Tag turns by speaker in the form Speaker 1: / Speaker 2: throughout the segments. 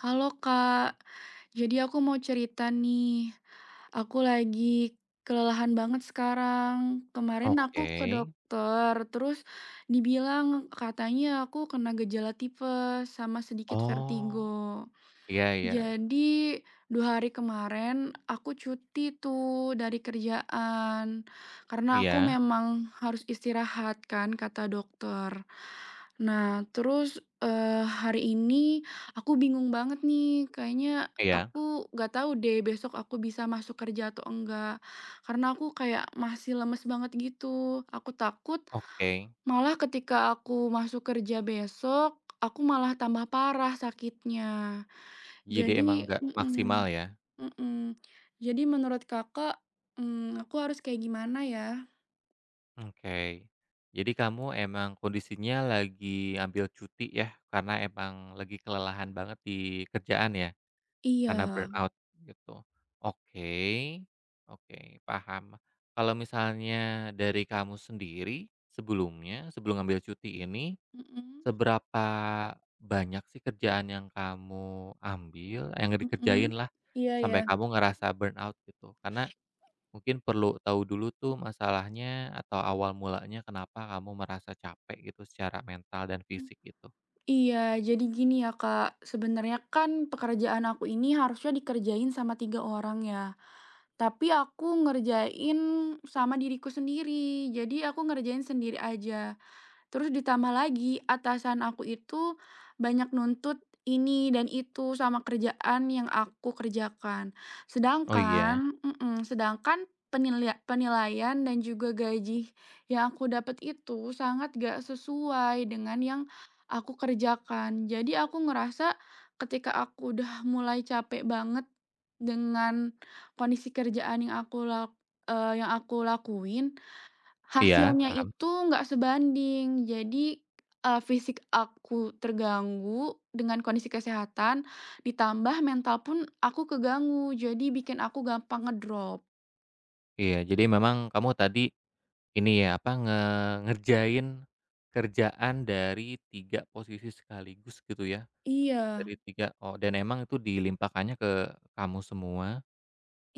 Speaker 1: Halo Kak, jadi aku mau cerita nih. Aku lagi kelelahan banget sekarang. Kemarin aku
Speaker 2: Oke.
Speaker 1: ke dokter, terus dibilang katanya aku kena gejala tipes sama sedikit vertigo.
Speaker 2: Oh, iya iya.
Speaker 1: Jadi 2 hari kemarin aku cuti tuh dari kerjaan, karena aku
Speaker 2: Iya
Speaker 1: memang harus istirahat kan kata dokter. Nah terus, hari ini aku bingung banget nih kayaknya
Speaker 2: iya,
Speaker 1: aku nggak tahu deh besok aku bisa masuk kerja atau enggak, karena aku kayak masih lemes banget gitu. Aku takut
Speaker 2: oke.
Speaker 1: malah ketika aku masuk kerja besok, aku malah tambah parah sakitnya.
Speaker 2: Jadi emang
Speaker 1: Jadi
Speaker 2: nggak maksimal
Speaker 1: mhm
Speaker 2: ya?
Speaker 1: mhm. Jadi menurut Kakak, aku harus kayak gimana ya?
Speaker 2: Oke. Jadi kamu emang kondisinya lagi ambil cuti ya, karena emang lagi kelelahan banget di kerjaan ya? Karena
Speaker 1: Iya,
Speaker 2: burnout gitu. Oke oke, paham. Kalau misalnya dari kamu sendiri sebelumnya, sebelum ambil cuti ini.
Speaker 1: mhm
Speaker 2: Seberapa banyak sih kerjaan yang kamu ambil yang
Speaker 1: mhm.
Speaker 2: dikerjain lah,
Speaker 1: Iya ya.
Speaker 2: sampai kamu ngerasa burnout gitu? Karena mungkin perlu tahu dulu tuh masalahnya atau awal mulanya kenapa kamu merasa capek gitu secara mental dan fisik gitu.
Speaker 1: Iya, jadi gini ya, Kak, sebenarnya kan pekerjaan aku ini harusnya dikerjain sama 3 orang ya, tapi aku ngerjain sama diriku sendiri. Jadi aku ngerjain sendiri aja. Terus ditambah lagi atasan aku itu banyak nuntut ini dan itu sama kerjaan yang aku kerjakan.
Speaker 2: Oh iya?
Speaker 1: Sedangkan sedangkan penilaian dan juga gaji yang aku dapat itu sangat gak sesuai dengan yang aku kerjakan. Jadi aku ngerasa ketika aku udah mulai capek banget dengan kondisi kerjaan yang yang aku lakuin,
Speaker 2: Iya,
Speaker 1: hasilnya
Speaker 2: paham.
Speaker 1: itu nggak sebanding. Jadi, fisik aku terganggu dengan kondisi kesehatan, ditambah mental pun aku keganggu. Jadi bikin aku gampang ngedrop.
Speaker 2: Iya, jadi memang kamu tadi ini ya, apa, ngerjain kerjaan dari 3 posisi sekaligus gitu ya?
Speaker 1: Iya
Speaker 2: Dari tiga, oh, dan emang itu dilimpahkannya ke kamu semua?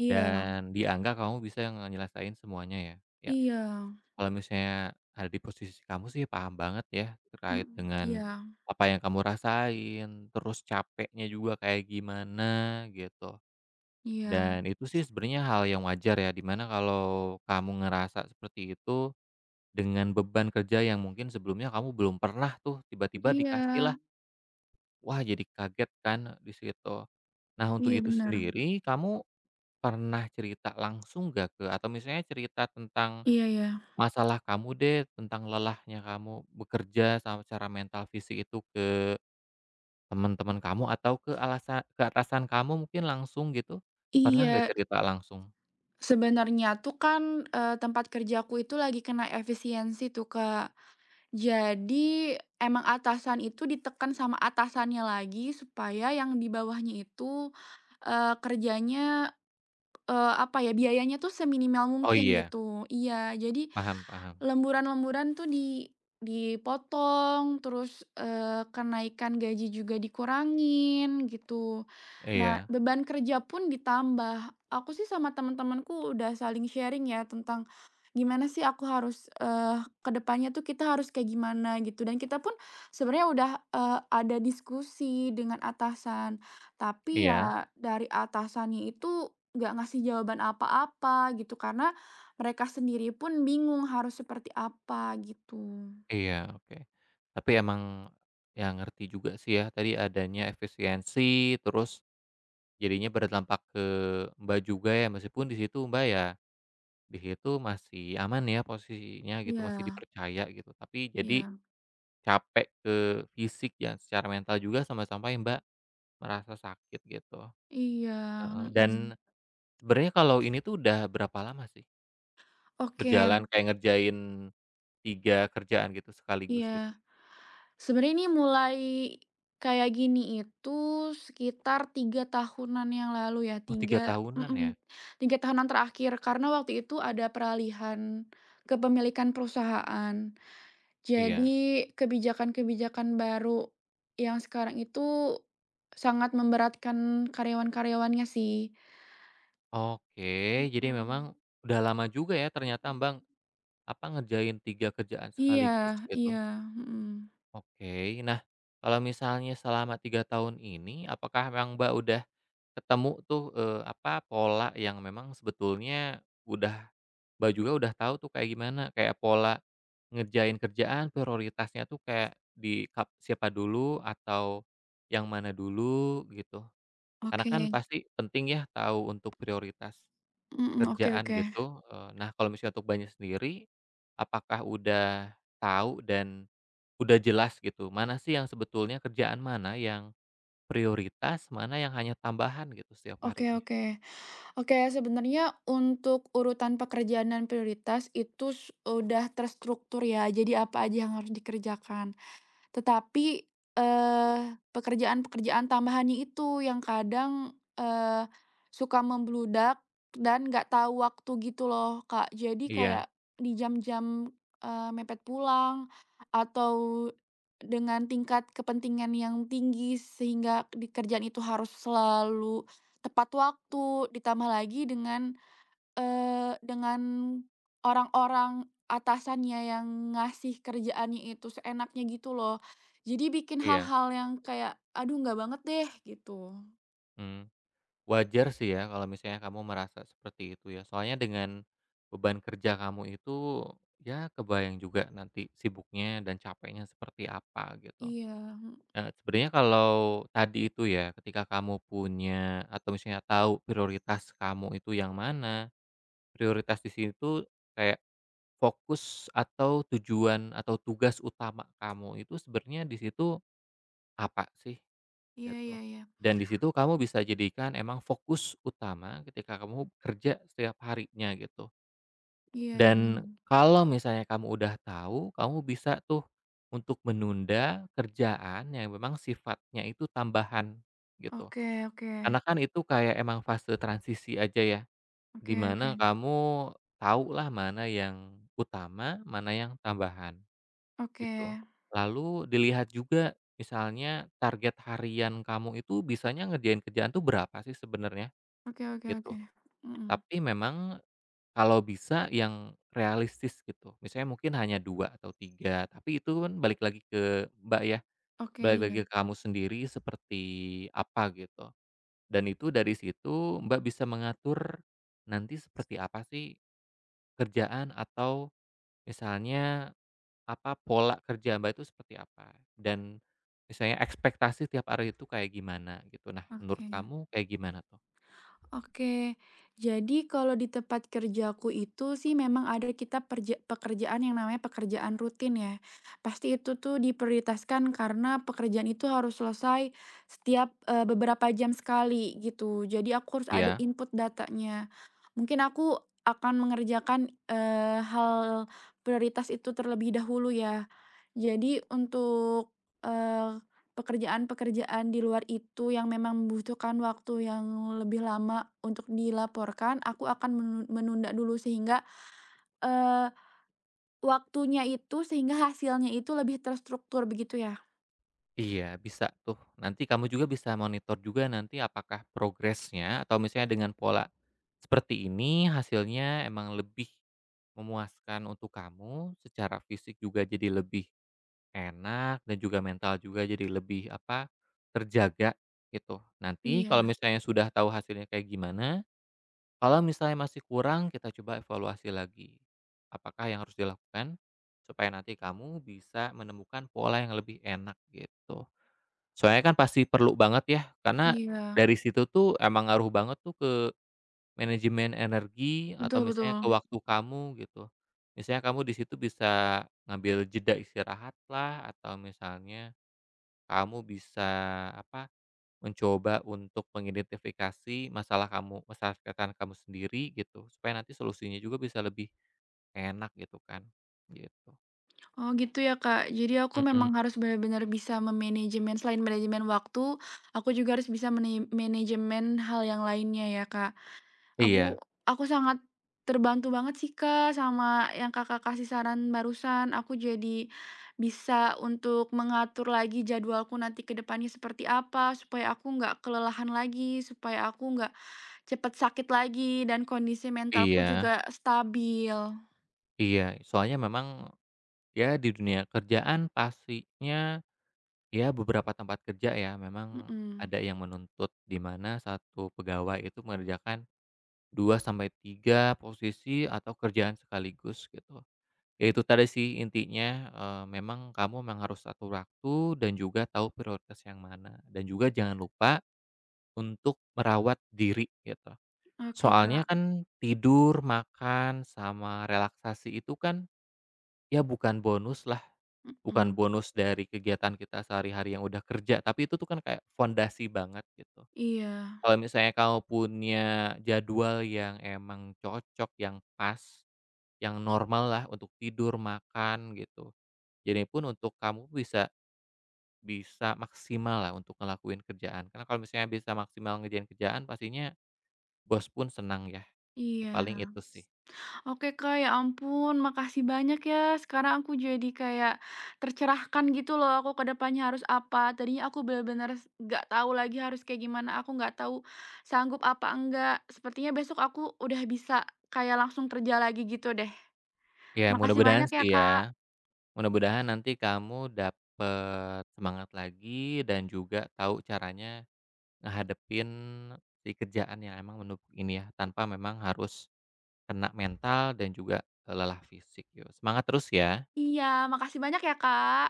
Speaker 1: iya
Speaker 2: Dan di angka kamu bisa ngelesain semuanya ya. Ya,
Speaker 1: iya,
Speaker 2: kalau misalnya ada di posisi kamu sih paham banget ya terkait
Speaker 1: mhm,
Speaker 2: dengan
Speaker 1: iya
Speaker 2: apa yang kamu rasain, terus capeknya juga kayak gimana gitu.
Speaker 1: iya
Speaker 2: Dan itu sih sebenarnya hal yang wajar ya, dimana kalau kamu ngerasa seperti itu dengan beban kerja yang mungkin sebelumnya kamu belum pernah tuh tiba-tiba
Speaker 1: iya
Speaker 2: dikasih lah, wah jadi kaget kan di situ. Nah untuk
Speaker 1: iya,
Speaker 2: itu
Speaker 1: bener.
Speaker 2: sendiri kamu pernah cerita langsung gak, ke atau misalnya cerita tentang
Speaker 1: Iya iya.
Speaker 2: masalah kamu deh, tentang lelahnya kamu bekerja sama secara mental fisik itu ke teman-teman kamu atau ke atasan kamu mungkin langsung gitu? Pernah nggak
Speaker 1: Iya,
Speaker 2: cerita langsung?
Speaker 1: sebenarnya tuh kan, tempat kerjaku itu lagi kena efisiensi tuh, Kak. Jadi, emang atasan itu ditekan sama atasannya lagi supaya yang di bawahnya itu, kerjanya, apa ya, biayanya tuh seminimal
Speaker 2: Oh
Speaker 1: mungkin
Speaker 2: iya,
Speaker 1: gitu. Iya, jadi
Speaker 2: paham paham.
Speaker 1: lemburan-lemburan tuh dipotong, terus, kenaikan gaji juga dikurangin, gitu. Nah,
Speaker 2: Iya
Speaker 1: beban kerja pun ditambah. Aku sih sama teman-temanku udah saling sharing ya tentang gimana sih aku harus, ke depannya tuh kita harus kayak gimana gitu, dan kita pun sebenarnya udah, ada diskusi dengan atasan. Tapi
Speaker 2: iya
Speaker 1: ya dari atasannya itu nggak ngasih jawaban apa-apa gitu, karena mereka sendiri pun bingung harus seperti apa gitu.
Speaker 2: iya, oke. Tapi emang ya ngerti juga sih ya, tadi adanya efisiensi, terus jadinya berdampak ke Mbak juga ya, meskipun di situ Mbak ya. Di situ masih aman ya posisinya gitu, masih
Speaker 1: Iya
Speaker 2: dipercaya gitu. Tapi jadi
Speaker 1: iya
Speaker 2: capek ke fisik ya, secara mental juga sama-sama ya, Mbak, merasa sakit gitu.
Speaker 1: iya,
Speaker 2: Heeh, dan
Speaker 1: mhm.
Speaker 2: sebenarnya kalau ini tuh udah berapa lama sih
Speaker 1: Oke,
Speaker 2: berjalan kayak ngerjain 3 kerjaan gitu sekaligus gitu?
Speaker 1: iya. Sebenarnya ini mulai kayak gini itu sekitar 3 tahunan yang lalu ya,
Speaker 2: Oh 3
Speaker 1: 3,
Speaker 2: tahunan ya?
Speaker 1: mhm, 3 tahunan terakhir karena waktu itu ada peralihan kepemilikan perusahaan.
Speaker 2: Iya.
Speaker 1: Jadi kebijakan-kebijakan baru yang sekarang itu sangat memberatkan karyawan-karyawannya sih.
Speaker 2: Oke, jadi memang
Speaker 1: Mhm.
Speaker 2: udah lama juga ya ternyata, Mbak, apa ngerjain 3 kerjaan
Speaker 1: Iya
Speaker 2: sekaligus gitu.
Speaker 1: iya, mhm.
Speaker 2: Oke. Nah, kalau misalnya selama 3 tahun ini, apakah memang Mbak udah ketemu tuh, apa, pola yang memang sebetulnya udah Mbak juga udah tahu tuh kayak gimana, kayak pola ngerjain kerjaan prioritasnya tuh kayak di kap siapa dulu atau yang mana dulu gitu? Karena
Speaker 1: Oke,
Speaker 2: kan pasti penting ya tahu untuk prioritas
Speaker 1: mhm, oke
Speaker 2: kerjaan
Speaker 1: oke.
Speaker 2: gitu, nah kalau misalnya untuk Banyak sendiri, apakah udah tahu dan udah jelas gitu, mana sih yang sebetulnya kerjaan mana yang prioritas, mana yang hanya tambahan gitu setiap
Speaker 1: Oke
Speaker 2: harinya.
Speaker 1: oke. Oke, sebenarnya untuk urutan pekerjaan dan prioritas itu udah terstruktur ya, jadi apa aja yang harus dikerjakan. Tetapi, eee, pekerjaan-pekerjaan tambahannya itu yang kadang, suka membludak dan nggak tahu waktu gitu loh, Kak. Jadi
Speaker 2: Iya
Speaker 1: kayak di jam-jam, mepet pulang atau dengan tingkat kepentingan yang tinggi sehingga di kerjaan itu harus selalu tepat waktu, ditambah lagi dengan orang-orang atasannya yang ngasih kerjaannya itu seenaknya gitu loh. Jadi bikin
Speaker 2: iya,
Speaker 1: hal-hal yang kayak, "Aduh nggak banget deh," gitu.
Speaker 2: mmm. Wajar sih ya kalau misalnya kamu merasa seperti itu ya, soalnya dengan beban kerja kamu itu, ya kebayang juga nanti sibuknya dan capeknya seperti apa gitu.
Speaker 1: Iya, mhm,
Speaker 2: Nah, sebenarnya kalau tadi itu ya, ketika kamu punya atau misalnya tahu prioritas kamu itu yang mana, prioritas di situ kayak fokus atau tujuan atau tugas utama kamu itu sebenarnya di situ apa sih
Speaker 1: iya
Speaker 2: gitu.
Speaker 1: iya iya.
Speaker 2: Dan di situ kamu bisa jadikan emang fokus utama ketika kamu kerja setiap harinya gitu.
Speaker 1: Iya iya
Speaker 2: Dan
Speaker 1: iya.
Speaker 2: kalau misalnya kamu udah tahu, kamu bisa tuh untuk menunda kerjaan yang memang sifatnya itu tambahan gitu.
Speaker 1: Oke oke.
Speaker 2: Karena kan itu kayak emang fase transisi aja ya,
Speaker 1: Oke oke.
Speaker 2: dimana kamu tahu lah mana yang utama, mana yang tambahan.
Speaker 1: Oke.
Speaker 2: Gitu. Lalu dilihat juga misalnya target harian kamu itu bisanya ngerjain kerjaan tuh berapa sih sebenarnya,
Speaker 1: Oke oke
Speaker 2: gitu.
Speaker 1: oke. Mhm.
Speaker 2: Tapi memang kalau bisa yang realistis gitu, misalnya mungkin hanya 2 atau 3. Tapi itu kan balik lagi ke Mbak ya,
Speaker 1: Oke,
Speaker 2: balik lagi
Speaker 1: iya.
Speaker 2: ke kamu sendiri seperti apa gitu. Dan itu dari situ Mbak bisa mengatur nanti seperti apa sih kerjaan atau misalnya apa, pola kerja Mbak itu seperti apa? Dan misalnya ekspektasi tiap hari itu kayak gimana gitu. Nah, menurut
Speaker 1: Oke.
Speaker 2: kamu kayak gimana tuh?
Speaker 1: Oke, jadi kalau di tempat kerjaku itu sih memang ada kita perja pekerjaan yang namanya pekerjaan rutin ya. Pasti itu tuh diprioritaskan karena pekerjaan itu harus selesai setiap, beberapa jam sekali gitu. Jadi aku harus ada
Speaker 2: Iya.
Speaker 1: input datanya. Mungkin aku akan mengerjakan, hal prioritas itu terlebih dahulu ya. Jadi untuk, eh, pekerjaan-pekerjaan di luar itu yang memang membutuhkan waktu yang lebih lama untuk dilaporkan, aku akan menunda dulu sehingga, eee, waktunya itu sehingga hasilnya itu lebih terstruktur begitu ya?
Speaker 2: Iya, bisa tuh. Nanti kamu juga bisa monitor juga nanti apakah progresnya atau misalnya dengan pola seperti ini hasilnya emang lebih memuaskan untuk kamu, secara fisik juga jadi lebih enak dan juga mental juga jadi lebih, apa, terjaga gitu. Nanti kalau
Speaker 1: Iya
Speaker 2: misalnya sudah tahu hasilnya kayak gimana. Kalau misalnya masih kurang, kita coba evaluasi lagi. Apakah yang harus dilakukan supaya nanti kamu bisa menemukan pola yang lebih enak gitu. Soalnya kan pasti perlu banget ya, karena
Speaker 1: iya,
Speaker 2: dari situ tuh emang ngaruh banget tuh ke manajemen energi atau
Speaker 1: betul
Speaker 2: misalnya ke
Speaker 1: betul.
Speaker 2: waktu kamu gitu. Misalnya kamu di situ bisa ngambil jeda istirahat lah atau misalnya kamu bisa apa, mencoba untuk mengidentifikasi masalah kamu, masalah kesehatan kamu sendiri gitu, supaya nanti solusinya juga bisa lebih enak gitu kan, gitu.
Speaker 1: Oh gitu ya Kak, jadi aku
Speaker 2: Mhm,
Speaker 1: memang harus benar-benar bisa memanajemen selain manajemen waktu, aku juga harus bisa manajemen hal yang lainnya ya Kak. Aku
Speaker 2: iya
Speaker 1: aku sangat terbantu banget sih, Kak, sama yang Kakak kasih saran barusan. Aku jadi bisa untuk mengatur lagi jadwalku nanti ke depannya seperti apa, supaya aku nggak kelelahan lagi, supaya aku nggak cepet sakit lagi, dan kondisi mentalku
Speaker 2: iya
Speaker 1: juga stabil.
Speaker 2: iya. Soalnya memang ya di dunia kerjaan pastinya ya beberapa tempat kerja ya memang
Speaker 1: Mhm.
Speaker 2: ada yang menuntut di mana satu pegawai itu mengerjakan 2 sampai 3 posisi atau kerjaan sekaligus gitu. Ya itu tadi sih intinya, memang kamu memang harus atur waktu dan juga tahu prioritas yang mana, dan juga jangan lupa untuk merawat diri gitu.
Speaker 1: Oke,
Speaker 2: Soalnya
Speaker 1: Kak.
Speaker 2: kan tidur, makan, sama relaksasi itu kan ya bukan bonus lah, bukan
Speaker 1: Mhm.
Speaker 2: bonus dari kegiatan kita sehari-hari yang udah kerja, tapi itu tuh kan kayak fondasi banget gitu.
Speaker 1: Iya
Speaker 2: Kalau misalnya kamu punya jadwal yang emang cocok, yang pas, yang normal lah untuk tidur, makan, gitu. Jadi pun untuk kamu bisa bisa maksimal lah untuk ngelakuin kerjaan. Karena kalau misalnya bisa maksimal ngerjain kerjaan pastinya bos pun senang ya. Ya, paling
Speaker 1: iya.
Speaker 2: itu sih.
Speaker 1: Oke Kak, ya ampun makasih banyak ya. Sekarang aku jadi kayak tercerahkan gitu loh, aku ke depannya harus apa. Tadinya aku benar-benar nggak tahu lagi harus kayak gimana, aku nggak tahu sanggup apa enggak. Sepertinya besok aku udah bisa kayak langsung kerja lagi gitu deh.
Speaker 2: Ya
Speaker 1: Makasih
Speaker 2: mudah-mudahan
Speaker 1: banyak ya
Speaker 2: sih
Speaker 1: Kak.
Speaker 2: ya, mudah-mudahan nanti kamu dapet semangat lagi dan juga tahu caranya ngehadepin si kerjaan yang emang menumpuk ini ya, tanpa memang harus kena mental dan juga, lelah fisik yo. Semangat terus ya.
Speaker 1: Iya, makasih banyak ya Kak.